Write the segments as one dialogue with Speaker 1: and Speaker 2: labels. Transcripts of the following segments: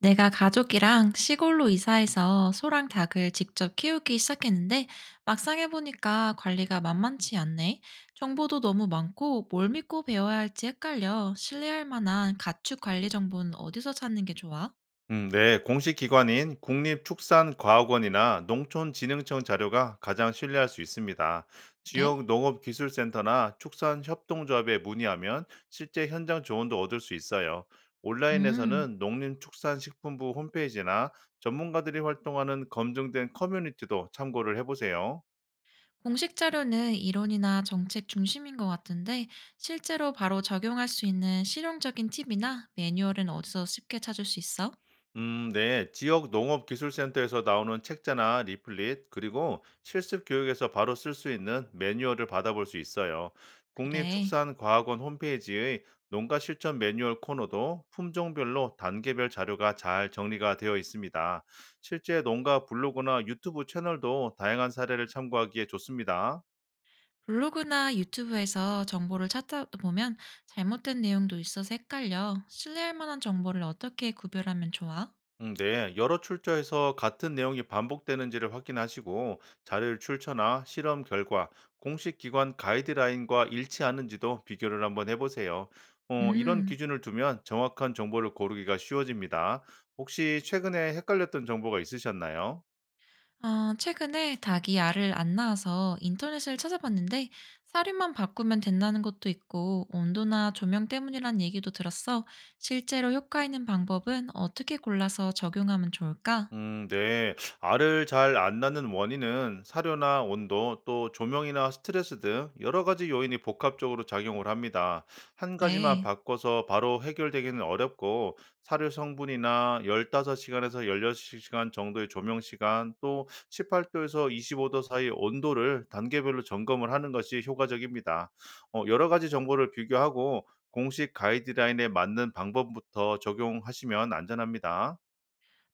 Speaker 1: 내가 가족이랑 시골로 이사해서 소랑 닭을 직접 키우기 시작했는데 막상 해보니까 관리가 만만치 않네. 정보도 너무 많고 뭘 믿고 배워야 할지 헷갈려. 신뢰할 만한 가축 관리 정보는 어디서 찾는 게 좋아?
Speaker 2: 네, 공식 기관인 국립축산과학원이나 농촌진흥청 자료가 가장 신뢰할 수 있습니다.
Speaker 1: 그래?
Speaker 2: 지역 농업기술센터나 축산협동조합에 문의하면 실제 현장 조언도 얻을 수 있어요.
Speaker 1: 음,
Speaker 2: 온라인에서는 농림축산식품부 홈페이지나 전문가들이 활동하는 검증된 커뮤니티도 참고를 해보세요.
Speaker 1: 공식 자료는 이론이나 정책 중심인 것 같은데 실제로 바로 적용할 수 있는 실용적인 팁이나 매뉴얼은 어디서 쉽게 찾을 수 있어?
Speaker 2: 네. 지역 농업기술센터에서 나오는 책자나 리플릿, 그리고 실습 교육에서 바로 쓸 수 있는 매뉴얼을 받아볼 수 있어요.
Speaker 1: 그래.
Speaker 2: 국립축산과학원 홈페이지의 농가 실천 매뉴얼 코너도 품종별로 단계별 자료가 잘 정리가 되어 있습니다. 실제 농가 블로그나 유튜브 채널도 다양한 사례를 참고하기에 좋습니다.
Speaker 1: 블로그나 유튜브에서 정보를 찾다 보면 잘못된 내용도 있어서 헷갈려. 신뢰할 만한 정보를 어떻게 구별하면 좋아?
Speaker 2: 네, 여러 출처에서 같은 내용이 반복되는지를 확인하시고 자료를 출처나 실험 결과, 공식 기관 가이드라인과 일치하는지도 비교를 한번 해보세요. 이런
Speaker 1: 음,
Speaker 2: 기준을 두면 정확한 정보를 고르기가 쉬워집니다. 혹시 최근에 헷갈렸던 정보가 있으셨나요?
Speaker 1: 최근에 닭이 알을 안 낳아서 인터넷을 찾아봤는데 사료만 바꾸면 된다는 것도 있고 온도나 조명 때문이란 얘기도 들었어. 실제로 효과 있는 방법은 어떻게 골라서 적용하면 좋을까?
Speaker 2: 네. 알을 잘 안 낳는 원인은 사료나 온도, 또 조명이나 스트레스 등 여러 가지 요인이 복합적으로 작용을 합니다. 한 가지만
Speaker 1: 그래.
Speaker 2: 바꿔서 바로 해결되기는 어렵고, 사료 성분이나 15시간에서 16시간 정도의 조명 시간, 또 18도에서 25도 사이 온도를 단계별로 점검을 하는 것이 효과적입니다. 여러 가지 정보를 비교하고 공식 가이드라인에 맞는 방법부터 적용하시면 안전합니다.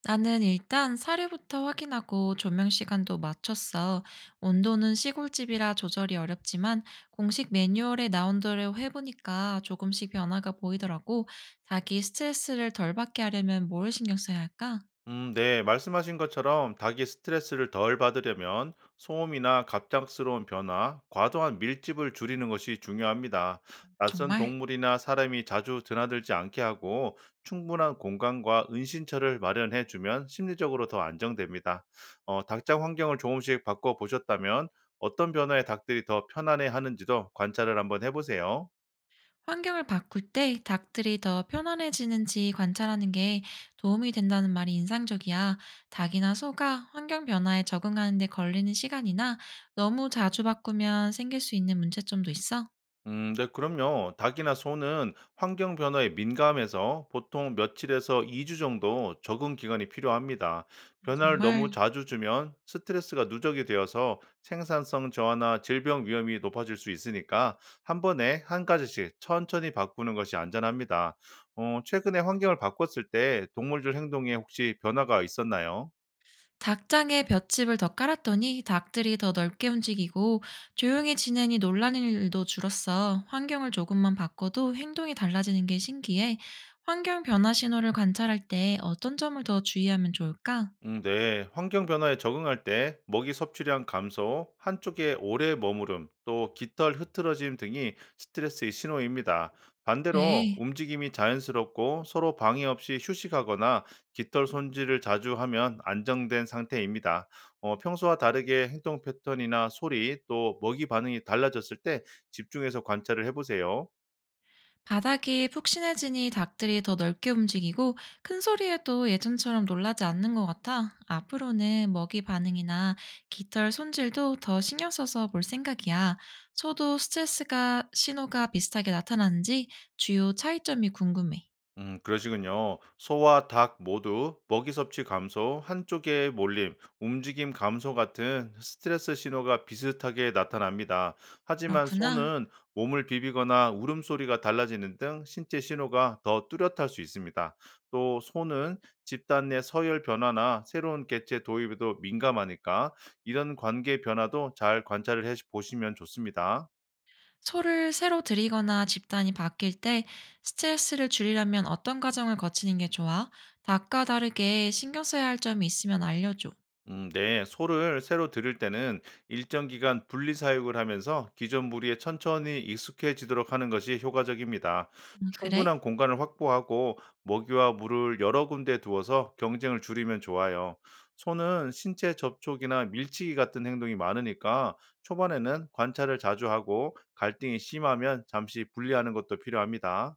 Speaker 1: 나는 일단 사료부터 확인하고 조명 시간도 맞췄어. 온도는 시골집이라 조절이 어렵지만 공식 매뉴얼에 나온 대로 해보니까 조금씩 변화가 보이더라고. 자기 스트레스를 덜 받게 하려면 뭘 신경 써야 할까?
Speaker 2: 네, 말씀하신 것처럼 닭이 스트레스를 덜 받으려면 소음이나 갑작스러운 변화, 과도한 밀집을 줄이는 것이 중요합니다. 낯선
Speaker 1: 정말.
Speaker 2: 동물이나 사람이 자주 드나들지 않게 하고 충분한 공간과 은신처를 마련해 주면 심리적으로 더 안정됩니다. 닭장 환경을 조금씩 바꿔 보셨다면 어떤 변화에 닭들이 더 편안해 하는지도 관찰을 한번 해보세요.
Speaker 1: 환경을 바꿀 때 닭들이 더 편안해지는지 관찰하는 게 도움이 된다는 말이 인상적이야. 닭이나 소가 환경 변화에 적응하는 데 걸리는 시간이나 너무 자주 바꾸면 생길 수 있는 문제점도 있어.
Speaker 2: 네, 그럼요. 닭이나 소는 환경 변화에 민감해서 보통 며칠에서 2주 정도 적응 기간이 필요합니다.
Speaker 1: 아,
Speaker 2: 변화를
Speaker 1: 정말.
Speaker 2: 너무 자주 주면 스트레스가 누적이 되어서 생산성 저하나 질병 위험이 높아질 수 있으니까 한 번에 한 가지씩 천천히 바꾸는 것이 안전합니다. 최근에 환경을 바꿨을 때 동물들 행동에 혹시 변화가 있었나요?
Speaker 1: 닭장에 볏짚을 더 깔았더니 닭들이 더 넓게 움직이고 조용히 지내니 놀라는 일도 줄었어. 환경을 조금만 바꿔도 행동이 달라지는 게 신기해. 환경 변화 신호를 관찰할 때 어떤 점을 더 주의하면 좋을까?
Speaker 2: 네. 환경 변화에 적응할 때 먹이 섭취량 감소, 한쪽에 오래 머무름, 또 깃털 흐트러짐 등이 스트레스의 신호입니다. 반대로
Speaker 1: 그래.
Speaker 2: 움직임이 자연스럽고 서로 방해 없이 휴식하거나 깃털 손질을 자주 하면 안정된 상태입니다. 평소와 다르게 행동 패턴이나 소리, 또 먹이 반응이 달라졌을 때 집중해서 관찰을 해보세요.
Speaker 1: 바닥이 푹신해지니 닭들이 더 넓게 움직이고 큰 소리에도 예전처럼 놀라지 않는 것 같아 앞으로는 먹이 반응이나 깃털 손질도 더 신경 써서 볼 생각이야. 소도 스트레스가 신호가 비슷하게 나타나는지 주요 차이점이 궁금해.
Speaker 2: 그러시군요. 소와 닭 모두 먹이 섭취 감소, 한쪽의 몰림, 움직임 감소 같은 스트레스 신호가 비슷하게 나타납니다. 하지만
Speaker 1: 그렇구나.
Speaker 2: 소는 몸을 비비거나 울음소리가 달라지는 등 신체 신호가 더 뚜렷할 수 있습니다. 또 소는 집단 내 서열 변화나 새로운 개체 도입에도 민감하니까 이런 관계 변화도 잘 관찰을 해 보시면 좋습니다.
Speaker 1: 소를 새로 들이거나 집단이 바뀔 때 스트레스를 줄이려면 어떤 과정을 거치는 게 좋아? 닭과 다르게 신경 써야 할 점이 있으면 알려줘.
Speaker 2: 네. 소를 새로 들일 때는 일정 기간 분리 사육을 하면서 기존 무리에 천천히 익숙해지도록 하는 것이 효과적입니다.
Speaker 1: 그래?
Speaker 2: 충분한 공간을 확보하고 먹이와 물을 여러 군데 두어서 경쟁을 줄이면 좋아요. 소는 신체 접촉이나 밀치기 같은 행동이 많으니까 초반에는 관찰을 자주 하고 갈등이 심하면 잠시 분리하는 것도 필요합니다.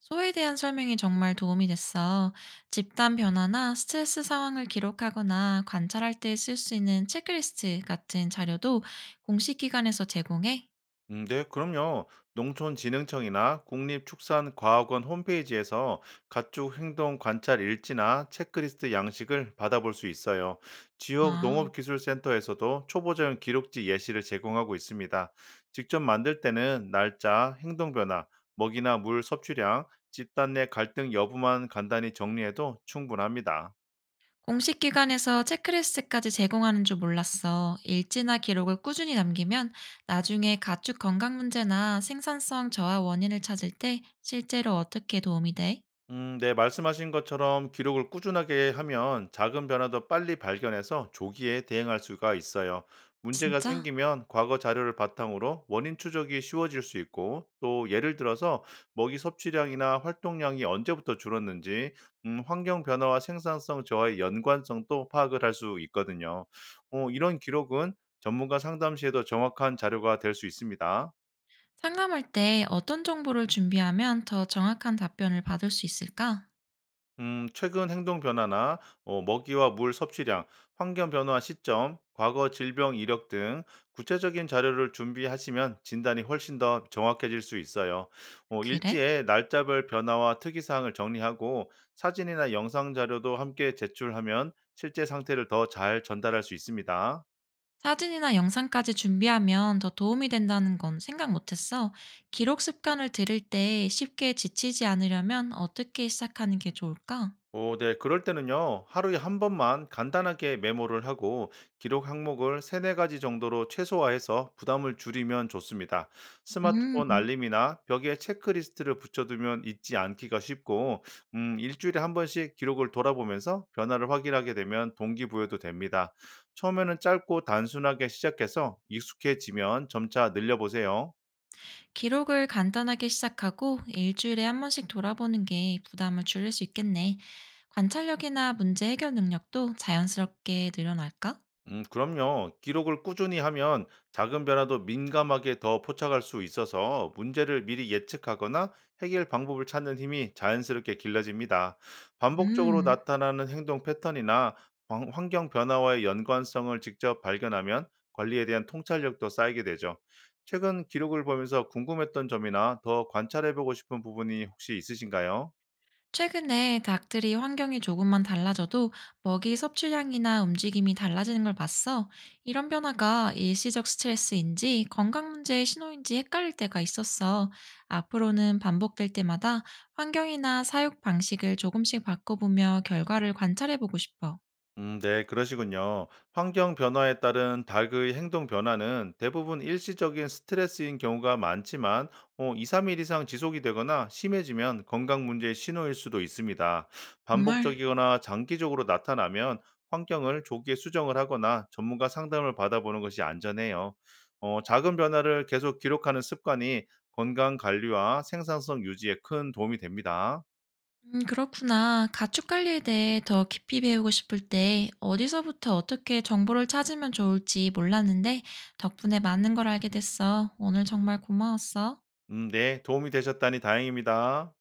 Speaker 1: 소에 대한 설명이 정말 도움이 됐어. 집단 변화나 스트레스 상황을 기록하거나 관찰할 때 쓸 수 있는 체크리스트 같은 자료도 공식 기관에서 제공해?
Speaker 2: 네, 그럼요. 농촌진흥청이나 국립축산과학원 홈페이지에서 가축 행동 관찰 일지나 체크리스트 양식을 받아볼 수 있어요. 지역
Speaker 1: 아,
Speaker 2: 농업기술센터에서도 초보자용 기록지 예시를 제공하고 있습니다. 직접 만들 때는 날짜, 행동 변화, 먹이나 물 섭취량, 집단 내 갈등 여부만 간단히 정리해도 충분합니다.
Speaker 1: 공식 기관에서 체크리스트까지 제공하는 줄 몰랐어. 일지나 기록을 꾸준히 남기면 나중에 가축 건강 문제나 생산성 저하 원인을 찾을 때 실제로 어떻게 도움이 돼?
Speaker 2: 네, 말씀하신 것처럼 기록을 꾸준하게 하면 작은 변화도 빨리 발견해서 조기에 대응할 수가 있어요. 문제가
Speaker 1: 진짜?
Speaker 2: 생기면 과거 자료를 바탕으로 원인 추적이 쉬워질 수 있고, 또 예를 들어서 먹이 섭취량이나 활동량이 언제부터 줄었는지, 환경 변화와 생산성 저하의 연관성도 파악을 할 수 있거든요. 이런 기록은 전문가 상담 시에도 정확한 자료가 될 수 있습니다.
Speaker 1: 상담할 때 어떤 정보를 준비하면 더 정확한 답변을 받을 수 있을까?
Speaker 2: 최근 행동 변화나 먹이와 물 섭취량, 환경 변화 시점, 과거 질병 이력 등 구체적인 자료를 준비하시면 진단이 훨씬 더 정확해질 수 있어요.
Speaker 1: 그래?
Speaker 2: 일지에 날짜별 변화와 특이사항을 정리하고 사진이나 영상 자료도 함께 제출하면 실제 상태를 더 잘 전달할 수 있습니다.
Speaker 1: 사진이나 영상까지 준비하면 더 도움이 된다는 건 생각 못했어. 기록 습관을 들일 때 쉽게 지치지 않으려면 어떻게 시작하는 게 좋을까?
Speaker 2: 네. 그럴 때는요, 하루에 한 번만 간단하게 메모를 하고 기록 항목을 세네 가지 정도로 최소화해서 부담을 줄이면 좋습니다. 스마트폰
Speaker 1: 음,
Speaker 2: 알림이나 벽에 체크리스트를 붙여두면 잊지 않기가 쉽고, 일주일에 한 번씩 기록을 돌아보면서 변화를 확인하게 되면 동기부여도 됩니다. 처음에는 짧고 단순하게 시작해서 익숙해지면 점차 늘려보세요.
Speaker 1: 기록을 간단하게 시작하고 일주일에 한 번씩 돌아보는 게 부담을 줄일 수 있겠네. 관찰력이나 문제 해결 능력도 자연스럽게 늘어날까?
Speaker 2: 그럼요. 기록을 꾸준히 하면 작은 변화도 민감하게 더 포착할 수 있어서 문제를 미리 예측하거나 해결 방법을 찾는 힘이 자연스럽게 길러집니다. 반복적으로
Speaker 1: 음.
Speaker 2: 나타나는 행동 패턴이나 환경 변화와의 연관성을 직접 발견하면 관리에 대한 통찰력도 쌓이게 되죠. 최근 기록을 보면서 궁금했던 점이나 더 관찰해보고 싶은 부분이 혹시 있으신가요?
Speaker 1: 최근에 닭들이 환경이 조금만 달라져도 먹이 섭취량이나 움직임이 달라지는 걸 봤어. 이런 변화가 일시적 스트레스인지 건강 문제의 신호인지 헷갈릴 때가 있었어. 앞으로는 반복될 때마다 환경이나 사육 방식을 조금씩 바꿔보며 결과를 관찰해보고 싶어.
Speaker 2: 네, 그러시군요. 환경 변화에 따른 닭의 행동 변화는 대부분 일시적인 스트레스인 경우가 많지만, 2, 3일 이상 지속이 되거나 심해지면 건강 문제의 신호일 수도 있습니다.
Speaker 1: 정말.
Speaker 2: 반복적이거나 장기적으로 나타나면 환경을 조기에 수정을 하거나 전문가 상담을 받아보는 것이 안전해요. 작은 변화를 계속 기록하는 습관이 건강 관리와 생산성 유지에 큰 도움이 됩니다.
Speaker 1: 그렇구나. 가축 관리에 대해 더 깊이 배우고 싶을 때 어디서부터 어떻게 정보를 찾으면 좋을지 몰랐는데 덕분에 많은 걸 알게 됐어. 오늘 정말 고마웠어.
Speaker 2: 네, 도움이 되셨다니 다행입니다.